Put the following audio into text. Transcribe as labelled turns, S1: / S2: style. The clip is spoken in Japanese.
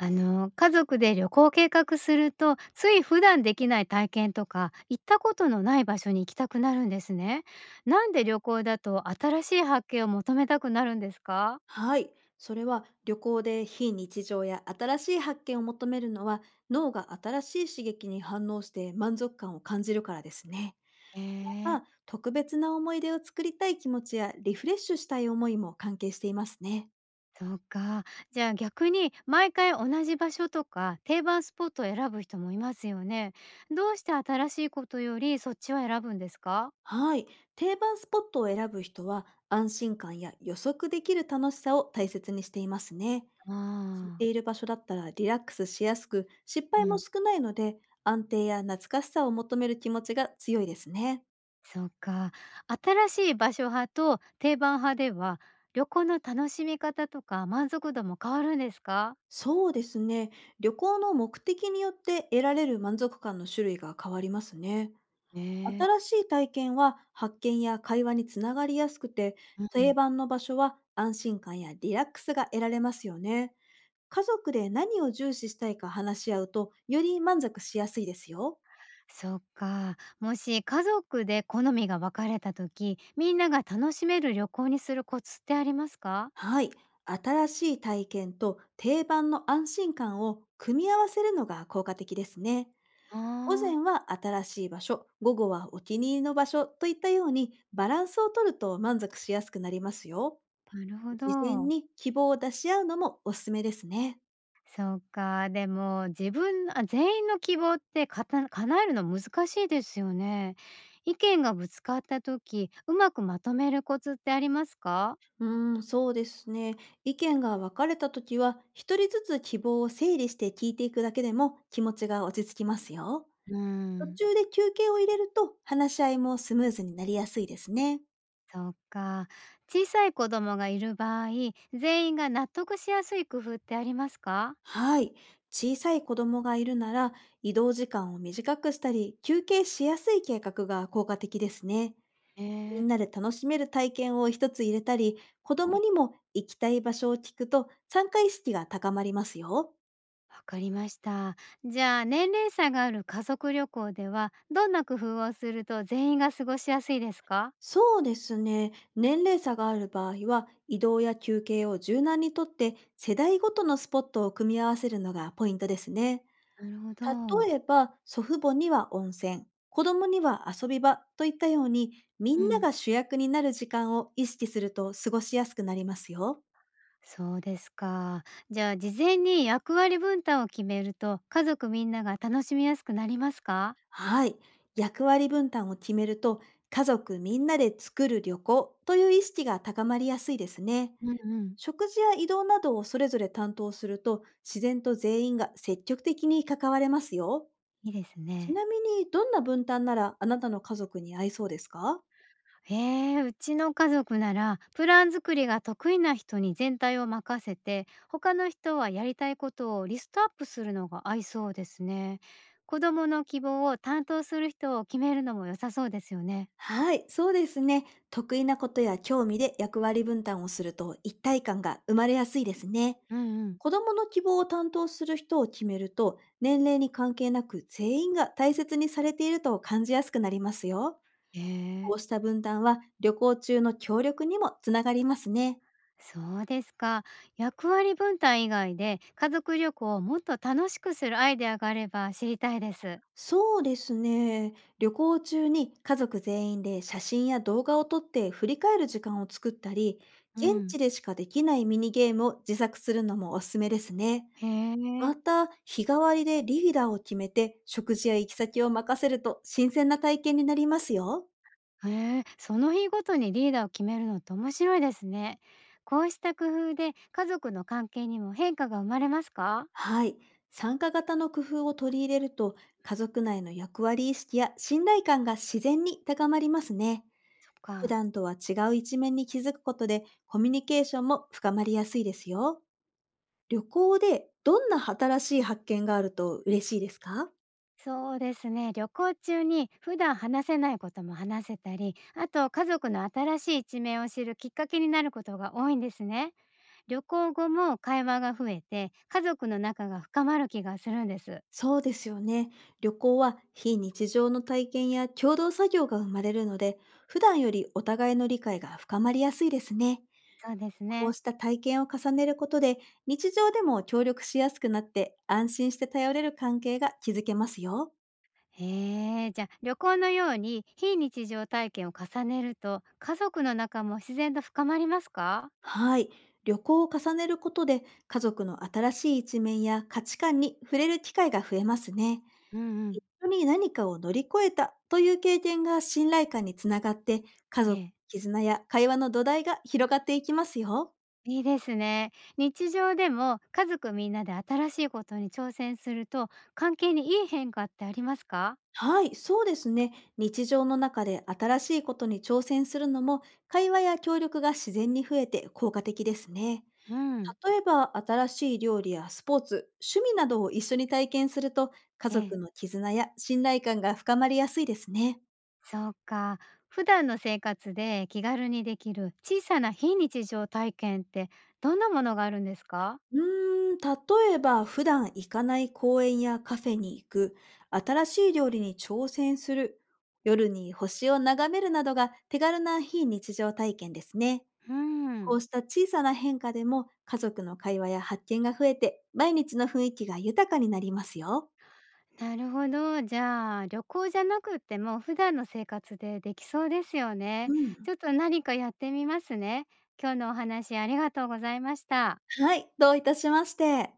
S1: 家族で旅行を計画するとつい普段できない体験とか行ったことのない場所に行きたくなるんですね。なんで旅行だと新しい発見を求めたくなるんですか？
S2: はい。それは旅行で非日常や新しい発見を求めるのは、脳が新しい刺激に反応して満足感を感じるからですね。
S1: へえ、
S2: また、特別な思い出を作りたい気持ちやリフレッシュしたい思いも関係していますね。
S1: そうか。じゃあ逆に毎回同じ場所とか定番スポットを選ぶ人もいますよね。どうして新しいことよりそっちを選ぶんですか？
S2: はい。定番スポットを選ぶ人は、安心感や予測できる楽しさを大切にしていますね。知って
S1: ああ
S2: いる場所だったらリラックスしやすく、失
S1: ー、う
S2: 敗も
S1: ん、
S2: 少ないので、安定や懐かしさを求める気持ちが強いですね。
S1: そうか。新しい場所派と定番派では、旅行の楽しみ方とか満足度も変わるんですか？
S2: そうですね。旅行の目的によって、得られる満足感の種類が変わりますね。
S1: ねえ。
S2: 新しい体験は発見や会話につながりやすくて、
S1: う
S2: 定
S1: ん。
S2: 番の場所は安心感やリラックスが得られますよね。家族で何を重視したいか話し合うと、より満足しやすいですよ。
S1: そうか。もし家族で好みが分かれた時、みんなが楽しめる旅行にするコツってありますか？
S2: はい。新しい体験と定番の安心感を組み合わせるのが効果的ですね。
S1: あ
S2: 午
S1: あ
S2: 前
S1: ー。
S2: は新しい場所、午後はお気に入りの場所といったようにバランスをとると、満足しやすくなりますよ。
S1: なるほ
S2: 事前
S1: ど。
S2: に希望を出し合うのもおすすめですね。
S1: そうか。でも自分あ、全員の希望って叶えるの難しいですよね。意見がぶつかった時、うまくまとめるコツってありますか？
S2: うそうですね。意見が分かれたときは、一人ずつ希望を整理して聞いていくだけでも、気持ちが落ち着きますよ。
S1: う
S2: 途
S1: ん、
S2: 中で休憩を入れると、話し合いもスムーズになりやすいですね。
S1: そうか。小さい子供がいる場合、全員が納得しやすい工夫ってありますか？
S2: はい。小さい子供がいるなら、移動時間を短くしたり、休憩しやすい計画が効果的ですね。
S1: え
S2: みん
S1: え。
S2: なで楽しめる体験を一つ入れたり、子
S1: は
S2: 供
S1: い、
S2: にも行きたい場所を聞くと、参加意識が高まりますよ。
S1: わかりました。じゃあ、年齢差がある家族旅行では、どんな工夫をすると全員が過ごしやすいですか？
S2: そうですね。年齢差がある場合は、移動や休憩を柔軟にとって、世代ごとのスポットを組み合わせるのがポイントですね。
S1: なるほど。
S2: 例えば、祖父母には温泉、子供には遊び場といったように、み
S1: う
S2: んな
S1: ん、
S2: が主役になる時間を意識すると、過ごしやすくなりますよ。
S1: そうですか。じゃあ、事前に役割分担を決めると、家族みんなが楽しみやすくなりますか？
S2: はい。役割分担を決めると、家族みんなで作る旅行という意識が高まりやすいですね。
S1: うんうん、
S2: 食事や移動などをそれぞれ担当すると、自然と全員が積極的に関われますよ。
S1: いいです
S2: ち
S1: ね。
S2: なみに、どんな分担ならあなたの家族に合いそうですか？
S1: ええ、うちの家族ならプラン作りが得意な人に全体を任せて他の人はやりたいことをリストアップするのが合いそうですね。子どもの希望を担当する人を決めるのも良さそうですよね。
S2: はい、そうですね。得意なことや興味で役割分担をすると、一体感が生まれやすいですね。
S1: うんうん。
S2: 子供の希望を担当する人を決めると、年齢に関係なく全員が大切にされていると感じやすくなりますよ。
S1: え
S2: こ
S1: え、
S2: うした分担は、旅行中の協力にもつながりますね。
S1: そうですか。役割分担以外で家族旅行をもっと楽しくするアイデアがあれば知りたいです。
S2: そうですね。旅行中に家族全員で写真や動画を撮って振り返る時間を作ったり、
S1: う
S2: 現
S1: ん。
S2: 地でしかできないミニゲームを自作するのもおすすめですね。
S1: へえ。
S2: また、日替わりでリーダーを決めて、食事や行き先を任せると、新鮮な体験になりますよ。
S1: へえ、その日ごとにリーダーを決めるのって面白いですね。こうした工夫で家族の関係にも変化が生まれますか？
S2: はい。参加型の工夫を取り入れると、家族内の役割意識や信頼感が自然に高まりますね。
S1: そっ
S2: 普
S1: か。
S2: 段とは違う一面に気づくことで、コミュニケーションも深まりやすいですよ。旅行で、どんな新しい発見があると嬉しいですか？
S1: そうですね。旅行中に普段話せないことも話せたり、あと家族の新しい一面を知るきっかけになることが多いんですね。旅行後も会話が増えて、家族の仲が深まる気がするんです。
S2: そうですよね。旅行は非日常の体験や共同作業が生まれるので、普段よりお互いの理解が深まりやすいですね。
S1: そうです
S2: こ
S1: ね。
S2: うした体験を重ねることで、日常でも協力しやすくなって、安心して頼れる関係が築けますよ。
S1: へえ、じゃあ旅行のように非日常体験を重ねると、家族の仲も自然と深まりますか？
S2: はい。旅行を重ねることで、家族の新しい一面や価値観に触れる機会が増えますね。
S1: うんうん。
S2: 人に何かを乗り越えたという経験が信頼感につながって、家
S1: え
S2: 族、
S1: え、
S2: 絆や会話の土台が広がっていきますよ。
S1: いいですね。日常でも家族みんなで新しいことに挑戦すると、関係にいい変化ってありますか？
S2: はい、そうですね。日常の中で新しいことに挑戦するのも、会話や協力が自然に増えて効果的ですね。
S1: うん。
S2: 例えば、新しい料理やスポーツ、趣味などを一緒に体験すると、家
S1: ええ、
S2: 族の絆や信頼感が深まりやすいですね。
S1: そうか。普段の生活で気軽にできる小さな非日常体験ってどんなものがあるんですか？
S2: 例えば、普段行かない公園やカフェに行く、新しい料理に挑戦する、夜に星を眺めるなどが手軽な非日常体験ですね。
S1: う
S2: こ
S1: ん。
S2: うした小さな変化でも、家族の会話や発見が増えて、毎日の雰囲気が豊かになりますよ。
S1: なるほど。じゃあ、旅行じゃなくっても普段の生活でできそうですよね。
S2: うん。
S1: ちょっと何かやってみますね。今日のお話ありがとうございました。
S2: はい、どういたしまして。